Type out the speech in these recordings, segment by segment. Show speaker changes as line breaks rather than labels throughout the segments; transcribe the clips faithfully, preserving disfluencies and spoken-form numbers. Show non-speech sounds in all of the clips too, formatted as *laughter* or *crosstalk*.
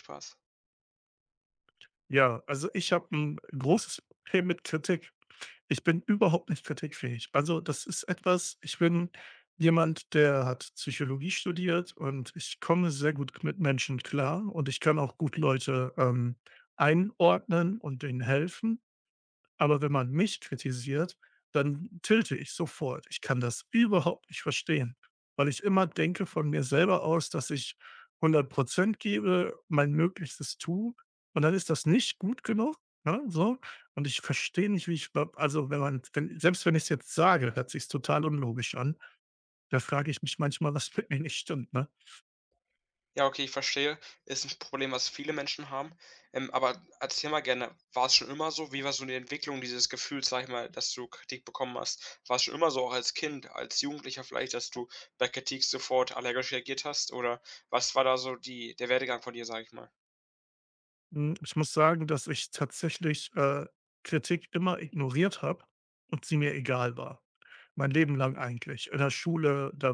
Spaß.
Ja, also ich habe ein großes Problem mit Kritik. Ich bin überhaupt nicht kritikfähig. Also, das ist etwas ich bin jemand, der hat Psychologie studiert und ich komme sehr gut mit Menschen klar und ich kann auch gut Leute, ähm, einordnen und denen helfen. Aber wenn man mich kritisiert, dann tilte ich sofort. Ich kann das überhaupt nicht verstehen, weil ich immer denke von mir selber aus, dass ich hundert Prozent gebe, mein Möglichstes tue und dann ist das nicht gut genug, ne, so. Und ich verstehe nicht, wie ich da also, wenn man wenn selbst wenn ich es jetzt sage, hört sich's total unlogisch an. Da frage ich mich manchmal, was mit mir nicht stimmt, ne?
Ja, okay, ich verstehe. Ist ein Problem, was viele Menschen haben. Ähm, aber erzähl mal gerne, war es schon immer so? Wie war so die Entwicklung dieses Gefühls, sage ich mal, dass du Kritik bekommen hast? War es schon immer so, auch als Kind, als Jugendlicher vielleicht, dass du bei Kritik sofort allergisch reagiert hast? Oder was war da so die der Werdegang von dir, sage ich mal?
Hm, ich muss sagen, dass ich tatsächlich, äh, Kritik immer ignoriert habe und sie mir egal war. Mein Leben lang eigentlich. In der Schule, da,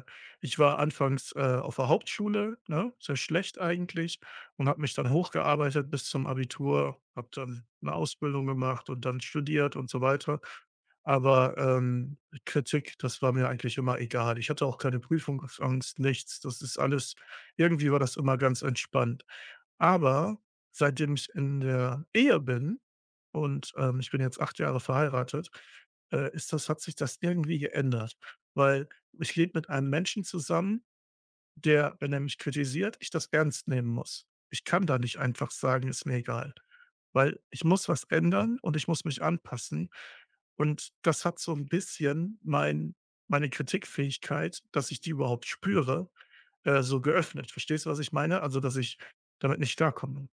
äh ich war anfangs, äh, auf der Hauptschule, ne, sehr schlecht eigentlich und habe mich dann hochgearbeitet bis zum Abitur, habe dann eine Ausbildung gemacht und dann studiert und so weiter. Aber, ähm, Kritik, das war mir eigentlich immer egal. Ich hatte auch keine Prüfungsangst, nichts. Das ist alles irgendwie war das immer ganz entspannt. Aber seitdem ich in der Ehe bin und, ähm, ich bin jetzt acht Jahre verheiratet äh, ist das hat sich das irgendwie geändert, weil ich lebe mit einem Menschen zusammen, der, wenn er mich kritisiert, ich das ernst nehmen muss. Ich kann da nicht einfach sagen: „Ist mir egal“, weil ich muss was ändern und ich muss mich anpassen und das hat so ein bisschen mein meine Kritikfähigkeit, dass ich die überhaupt spüre, äh, so geöffnet. Verstehst du, was ich meine? Also, dass ich damit nicht klarkomme.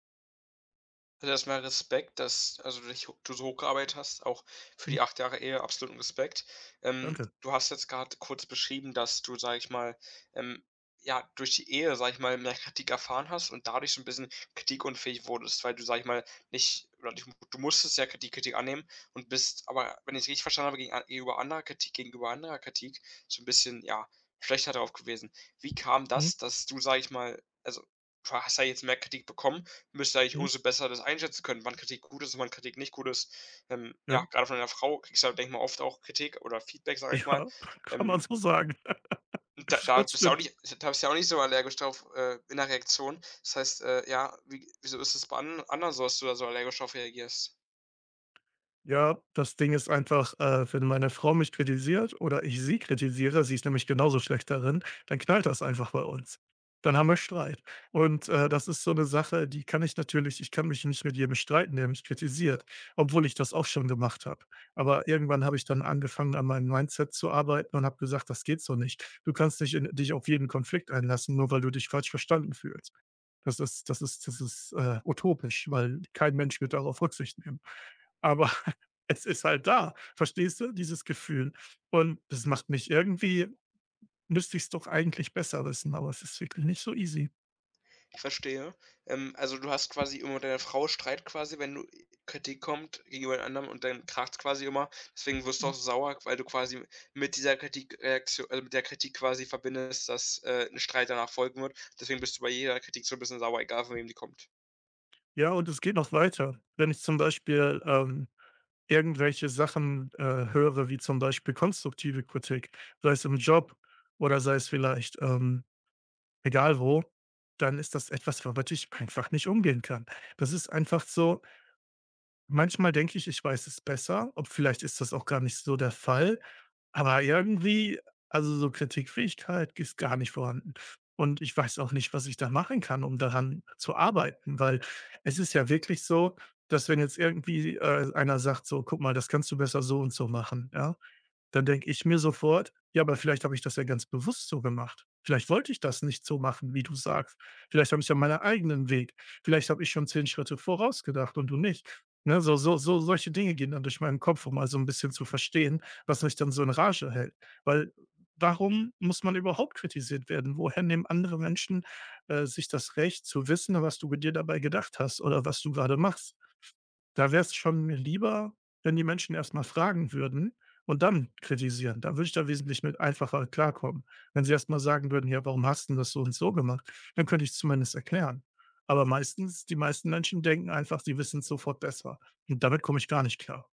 Also, erst mal Respekt, dass also, du dich ho du so hochgearbeitet hast, auch für
Mhm,
die acht Jahre Ehe, absoluten Respekt. Ähm,
danke.
du hast jetzt gerade kurz beschrieben, dass du, sage ich mal, ähm, ja, durch die Ehe, sage ich mal, mehr Kritik erfahren hast und dadurch so ein bisschen kritikunfähig wurdest, weil du, sage ich mal, nicht oder dich du musstest ja die Kritik annehmen und bist aber, wenn ich es richtig verstanden habe, gegen a gegenüber anderer Kritik gegenüber anderer Kritik so ein bisschen, ja, schlechter drauf gewesen. Wie kam
Mhm,
das, dass du, sage ich mal also, du hast ja jetzt mehr Kritik bekommen, müsste eigentlich
mhm,
umso besser das einschätzen können, wann Kritik gut ist und wann Kritik nicht gut ist. Ähm, ja,
ja.
gerade von einer Frau kriegst du halt, denke ich mal, oft auch Kritik oder Feedback, sage ich mal.
Ja, *laughs* kann
Ähm,
man so sagen. *laughs*
da, da
Das
bist du ja auch
stimmt.
nicht, da bist du ja auch nicht so allergisch drauf, äh, in der Reaktion. Das heißt, äh, ja, wie, wieso ist es bei an, anderen so, dass du da so allergisch drauf reagierst?
Ja, das Ding ist einfach, äh, wenn meine Frau mich kritisiert oder ich sie kritisiere, sie ist nämlich genauso schlecht darin, dann knallt das einfach bei uns. Dann haben wir Streit. Und äh, das ist so eine Sache, die kann ich natürlich, ich kann mich nicht mit jedem streiten, der mich kritisiert, obwohl ich das auch schon gemacht habe. Aber irgendwann habe ich dann angefangen, an meinem Mindset zu arbeiten und habe gesagt, das geht so nicht. Du kannst nicht in, dich auf jeden Konflikt einlassen, nur weil du dich falsch verstanden fühlst. Das ist das ist das ist, äh, utopisch, weil kein Mensch wird darauf Rücksicht nehmen. Aber *laughs* es ist halt da. Verstehst du, dieses Gefühl? Und das macht mich irgendwie müsste ich's doch eigentlich besser wissen, aber es ist wirklich nicht so easy.
Ich verstehe. Ähm, also du hast quasi immer mit deiner Frau Streit quasi, wenn du Kritik kommt gegenüber jemand anderem und dann kracht's quasi immer. Deswegen wirst du auch
Mhm.
so sauer, weil du quasi mit dieser Kritikreaktion, also mit der Kritik quasi verbindest, dass, äh, 'n Streit danach folgen wird. Deswegen bist du bei jeder Kritik so ein bisschen sauer, egal von wem die kommt.
Ja, und es geht noch weiter. Wenn ich zum Beispiel, ähm, irgendwelche Sachen, äh, höre, wie zum Beispiel konstruktive Kritik, sei es im Job oder sei es vielleicht, ähm, egal wo, dann ist das etwas, womit ich einfach nicht umgehen kann. Das ist einfach so manchmal denke ich, ich weiß es besser, ob vielleicht ist das auch gar nicht so der Fall, aber irgendwie also, so Kritikfähigkeit ist gar nicht vorhanden und ich weiß auch nicht, was ich da machen kann, um daran zu arbeiten, weil es ist ja wirklich so, dass wenn jetzt irgendwie, äh, einer sagt so: „Guck mal, das kannst du besser so und so machen“, ja? Dann denke ich mir sofort: „Ja, aber vielleicht habe ich das ja ganz bewusst so gemacht. Vielleicht wollte ich das nicht so machen, wie du sagst. Vielleicht habe ich ja meinen eigenen Weg. Vielleicht habe ich schon zehn Schritte vorausgedacht und du nicht.“ Ne, so so so solche Dinge gehen dann durch meinen Kopf, um mal so 'n bisschen zu verstehen, was mich dann so in Rage hält. Weil warum muss man überhaupt kritisiert werden? Woher nehmen andere Menschen, äh, sich das Recht zu wissen, was du dir dabei gedacht hast oder was du gerade machst? Da wäre es schon mir lieber, wenn die Menschen erst mal fragen würden, und dann kritisieren. Da würde ich da wesentlich mit einfacher klarkommen. Wenn sie erstmal sagen würden: „Ja, warum hast 'n das so und so gemacht?“, dann könnte ich's zumindest erklären. Aber meistens die meisten Menschen denken einfach, sie wissen's sofort besser. Und damit komme ich gar nicht klar.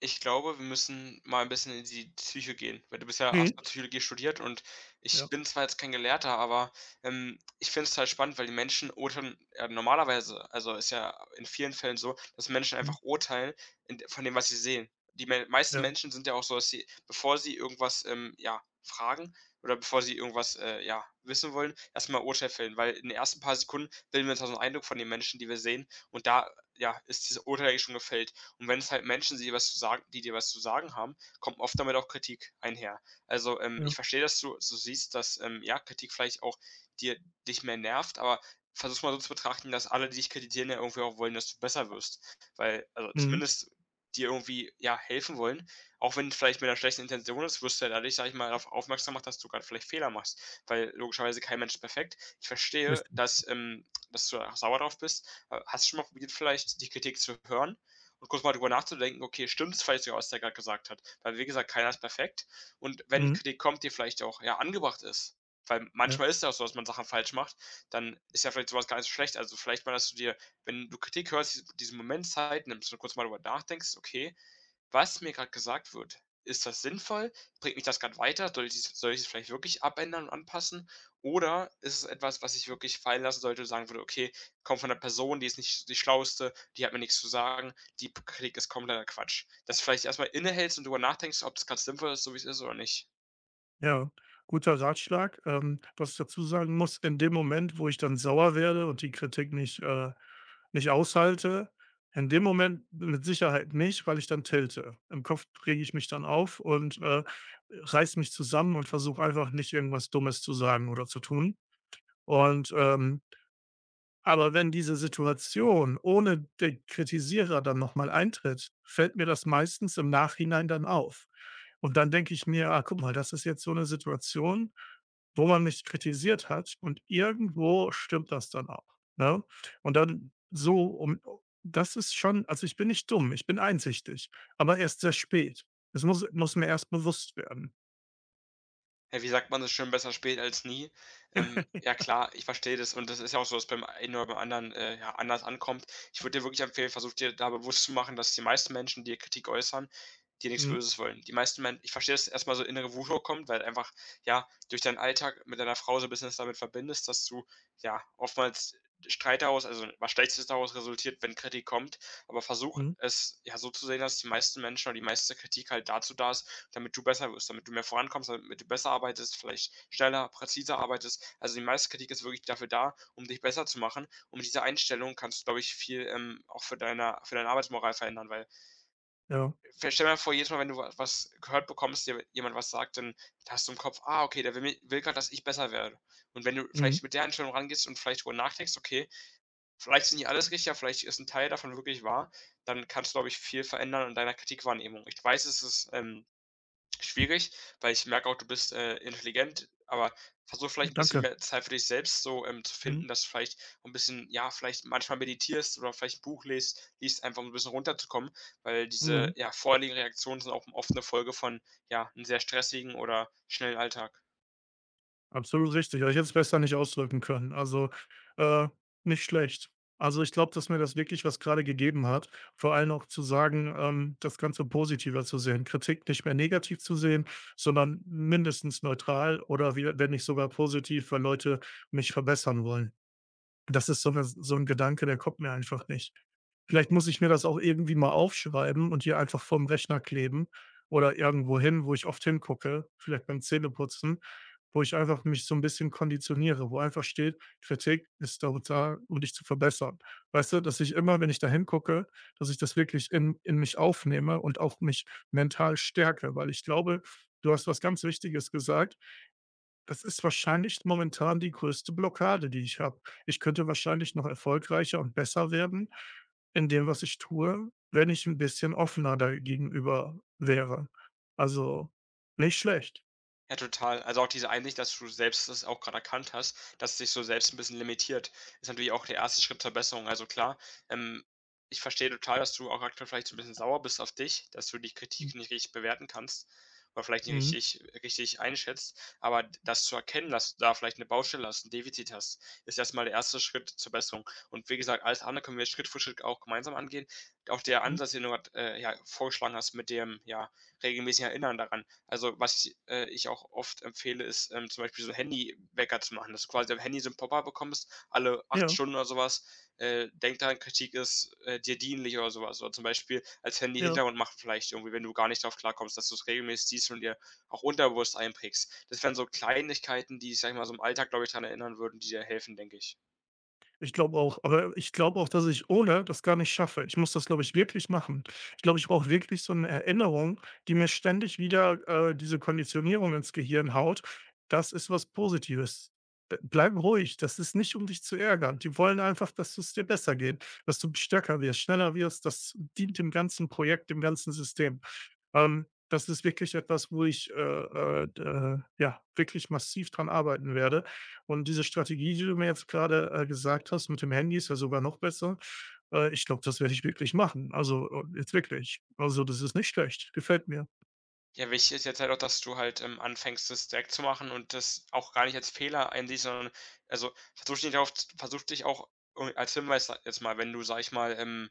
Ich glaube, wir müssen mal ein bisschen in die Psyche gehen, weil du bist ja hast
Mhm.
ja Psychologie studiert und ich
Ja.
bin zwar jetzt kein Gelehrter, aber, ähm, ich finde es total spannend, weil die Menschen urteilen ja normalerweise also, ist ja in vielen Fällen so, dass Menschen
Mhm.
einfach urteilen in von dem, was sie sehen. Die me meisten
Ja.
Menschen sind ja auch so, dass sie, bevor sie irgendwas, ähm, ja, fragen oder bevor sie irgendwas, äh, ja, wissen wollen, erstmal mal Urteil fällen, weil in den ersten paar Sekunden bilden wir uns ja so Eindruck von den Menschen, die wir sehen und da, ja, ist dieses Urteil eigentlich schon gefällt. Und wenn es halt Menschen sind, die was zu sagen die dir was zu sagen haben, kommt oft damit auch Kritik einher. Also, ähm, ich
Ja.
verstehe, dass du so siehst, dass, ähm, ja, Kritik vielleicht auch dir dich mehr nervt, aber versuch mal so zu betrachten, dass alle, die dich kritisieren, ja irgendwie auch wollen, dass du besser wirst. Weil also,
Mhm.
zumindest dir irgendwie, ja, helfen wollen. Auch wenn vielleicht mit einer schlechten Intention ist, wirst du ja dadurch, sage ich mal, darauf aufmerksam gemacht, dass du gerade vielleicht Fehler machst, weil logischerweise kein Mensch ist perfekt. Ich verstehe,
Richtig.
dass, ähm dass du da sauer drauf bist. Äh, hast du schon mal probiert, vielleicht die Kritik zu hören und kurz mal darüber nachzudenken, okay, stimmt es vielleicht sogar, was der gerade gesagt hat? Weil, wie gesagt, keiner ist perfekt. Und wenn
Mhm.
Kritik kommt, die vielleicht auch ja, angebracht ist, weil
Ja.
manchmal ist ja auch so, dass man Sachen falsch macht, dann ist ja vielleicht sowas gar nicht so schlecht. Also vielleicht mal, dass du dir, wenn du Kritik hörst, diesen Moment Zeit nimmst und kurz mal darüber nachdenkst, okay, was mir gerade gesagt wird, ist das sinnvoll? Bringt mich das gerade weiter? Soll ich es soll ich es vielleicht wirklich abändern und anpassen? Oder ist es etwas, was ich wirklich fallen lassen sollte und sagen würde: „Okay, kommt von einer Person, die ist nicht die Schlauste, die hat mir nichts zu sagen, die Kritik ist kompletter Quatsch.“ Dass du vielleicht erstmal innehältst und darüber nachdenkst, ob das gerade sinnvoll ist, so wie es ist oder nicht.
Ja. Guter Ratschlag. Ähm, was ich dazu sagen muss, in dem Moment, wo ich dann sauer werde und die Kritik nicht, äh nicht aushalte? In dem Moment mit Sicherheit nicht, weil ich dann tilte. Im Kopf rege ich mich dann auf und, äh, reiße mich zusammen und versuche einfach nicht irgendwas Dummes zu sagen oder zu tun. Und, ähm aber wenn diese Situation ohne den Kritisierer dann nochmal eintritt, fällt mir das meistens im Nachhinein dann auf. Und dann denke ich mir: „Ah, guck mal, das ist jetzt so eine Situation, wo man mich kritisiert hat und irgendwo stimmt das dann auch“, ne? Und dann so und das ist schon also, ich bin nicht dumm, ich bin einsichtig, aber erst sehr spät. Es muss muss mir erst bewusst werden.
Ja, wie sagt man so schön: „Besser spät als nie.“ Ähm, ja klar, ich verstehe das und das ist ja auch so, dass beim einen oder beim anderen, äh, ja, anders ankommt. Ich würde dir wirklich empfehlen, versuch dir da bewusst zu machen, dass die meisten Menschen, die Kritik äußern, dir nichts
Mhm,
Böses wollen. Die meisten Menschen, ich verstehe, dass erstmal so innere Wut hochkommt, weil einfach, ja, durch deinen Alltag mit deiner Frau so ein bisschen das damit verbindest, dass du, ja, oftmals Streit daraus also, was Schlechtes daraus resultiert, wenn Kritik kommt. Aber versuch
mhm,
es, ja, so zu sehen, dass die meisten Menschen oder die meiste Kritik halt dazu da ist, damit du besser wirst, damit du mehr vorankommst, damit du besser arbeitest, vielleicht schneller, präziser arbeitest. Also die meiste Kritik ist wirklich dafür da, um dich besser zu machen. Und mit dieser Einstellung kannst du, glaube ich, viel ähm, auch für deine, für deine Arbeitsmoral verändern, weil
ja.
stell dir mal vor, jedes Mal, wenn du was gehört bekommst, dir jemand was sagt, dann hast du im Kopf, ah, okay, der will, mi- will gerade, dass ich besser werde. Und wenn du
Mhm,
vielleicht mit der Einstellung rangehst und vielleicht darüber nachdenkst, okay, vielleicht ist nicht alles richtig, ja, vielleicht ist ein Teil davon wirklich wahr, dann kannst du, glaube ich, viel verändern in deiner Kritikwahrnehmung. Ich weiß, es ist ähm, schwierig, weil ich merke auch, du bist, äh, intelligent, aber versuch vielleicht ein bisschen
danke.
mehr Zeit für dich selbst so, ähm, zu
Mhm,
finden, dass du vielleicht ein bisschen ja, vielleicht manchmal meditierst oder vielleicht ein Buch liest, liest, einfach um 'n bisschen runterzukommen, weil diese,
mhm.
ja, vorherigen Reaktionen sind auch oft eine Folge von, ja, einem sehr stressigen oder schnellen Alltag.
Absolut richtig. Aber ich hätte es besser nicht ausdrücken können. Also, äh, nicht schlecht. Also, ich glaube, dass mir das wirklich was gerade gegeben hat. Vor allem auch zu sagen, ähm, das Ganze positiver zu sehen, Kritik nicht mehr negativ zu sehen, sondern mindestens neutral oder wie wenn nicht sogar positiv, weil Leute mich verbessern wollen. Das ist so 'ne so 'n Gedanke, der kommt mir einfach nicht. Vielleicht muss ich mir das auch irgendwie mal aufschreiben und hier einfach vorm Rechner kleben oder irgendwo hin, wo ich oft hingucke, vielleicht beim Zähneputzen, wo ich einfach mich so ein bisschen konditioniere, wo einfach steht: „Kritik ist dazu da, um dich zu verbessern.“ Weißt du, dass ich immer, wenn ich da hingucke, dass ich das wirklich in in mich aufnehme und auch mich mental stärke, weil ich glaube, du hast was ganz Wichtiges gesagt. Das ist wahrscheinlich momentan die größte Blockade, die ich habe. Ich könnte wahrscheinlich noch erfolgreicher und besser werden, in dem, was ich tue, wenn ich ein bisschen offener da gegenüber wäre. Also, nicht schlecht.
Ja, total. Also, auch diese Einsicht, dass du selbst das auch gerade erkannt hast, dass es dich so selbst ein bisschen limitiert, ist natürlich auch der erste Schritt zur Besserung. Also, klar, ähm, ich verstehe total, dass du auch aktuell vielleicht so ein bisschen sauer bist auf dich, dass du die
Mhm.
Kritik nicht richtig bewerten kannst oder vielleicht nicht
Mhm.
richtig richtig einschätzt. Aber d das zu erkennen, dass du da vielleicht eine Baustelle hast, ein Defizit hast, ist erstmal der erste Schritt zur Besserung. Und wie gesagt, alles andere können wir Schritt für Schritt auch gemeinsam angehen. Auch der
Mhm.
Ansatz, den du grad, äh, ja, vorgeschlagen hast mit dem, ja, regelmäßigen Erinnern daran also, was, ich, äh, ich auch oft empfehle, ist, ähm, zum Beispiel so Handywecker zu machen, dass du quasi am Handy so 'n Pop-up bekommst, alle acht
Ja,
Stunden oder sowas, was, äh: „Denk daran, Kritik ist, äh, dir dienlich“ oder sowas. Oder zum Beispiel als
ja.
Handy-Hintergrund machen vielleicht irgendwie, wenn du gar nicht drauf klarkommst, dass du es regelmäßig siehst und dir auch unterbewusst einprägst. Das wären so Kleinigkeiten, die dich, sage ich mal, so im Alltag, glaube ich, dran erinnern würden, die dir helfen, denke ich.
Ich glaube auch, aber ich glaube auch, dass ich ohne das gar nicht schaffe. Ich muss das, glaube ich, wirklich machen. Ich glaube, ich brauche wirklich so eine Erinnerung, die mir ständig wieder, äh, diese Konditionierung ins Gehirn haut. Das ist was Positives. B bleib ruhig, das ist nicht, um dich zu ärgern. Die wollen einfach, dass es dir besser geht, dass du stärker wirst, schneller wirst. Das dient dem ganzen Projekt, dem ganzen System. Ähm, das ist wirklich etwas, wo ich, äh, äh, d äh, ja, wirklich massiv dran arbeiten werde. Und diese Strategie, die du mir jetzt gerade äh, gesagt hast mit dem Handy, ist ja sogar noch besser. Äh, ich glaube, das werde ich wirklich machen. Also, äh, jetzt wirklich. Also, das ist nicht schlecht. Gefällt mir.
Ja, wichtig ist jetzt halt auch, dass du halt, ähm, anfängst, das direkt zu machen und das auch gar nicht als Fehler einsiehst, sondern also, versuch dich auf versuch dich auch irgendwie als Hinweis, sage jetzt mal, wenn du, sag ich mal, ähm,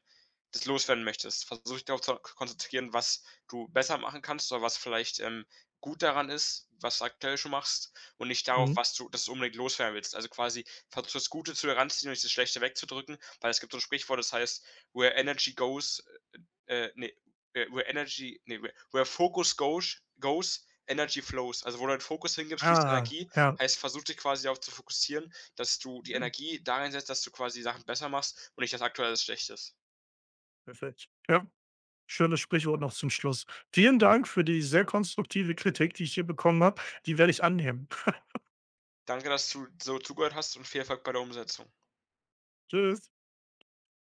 das loswerden möchtest, versuch dich darauf zu konzentrieren, was du besser machen kannst oder was vielleicht, ähm, gut daran ist, was du aktuell schon machst und nicht darauf,
Mhm.
was du das du unbedingt loswerden willst. Also, quasi versuch das Gute zu heranzuziehen und nicht das Schlechte wegzudrücken, weil es gibt so ein Sprichwort, das heißt: „Where energy goes, äh, ne“ äh, where energy nee, where where focus goes goes, energy flows. Also, wo du deinen Fokus hingibst, fließt
Ah,
Energie.
ja.
Heißt, versuch dich quasi darauf zu fokussieren, dass du die
Ja,
Energie da reinsetzt, dass du quasi Sachen besser machst und nicht das Aktuelle, das schlecht.
perfekt. Ja, schönes Sprichwort noch zum Schluss. Vielen Dank für die sehr konstruktive Kritik, die ich hier bekommen habe. Die werde ich annehmen.
Danke, dass du so zugehört hast und viel Erfolg bei der Umsetzung.
Tschüss.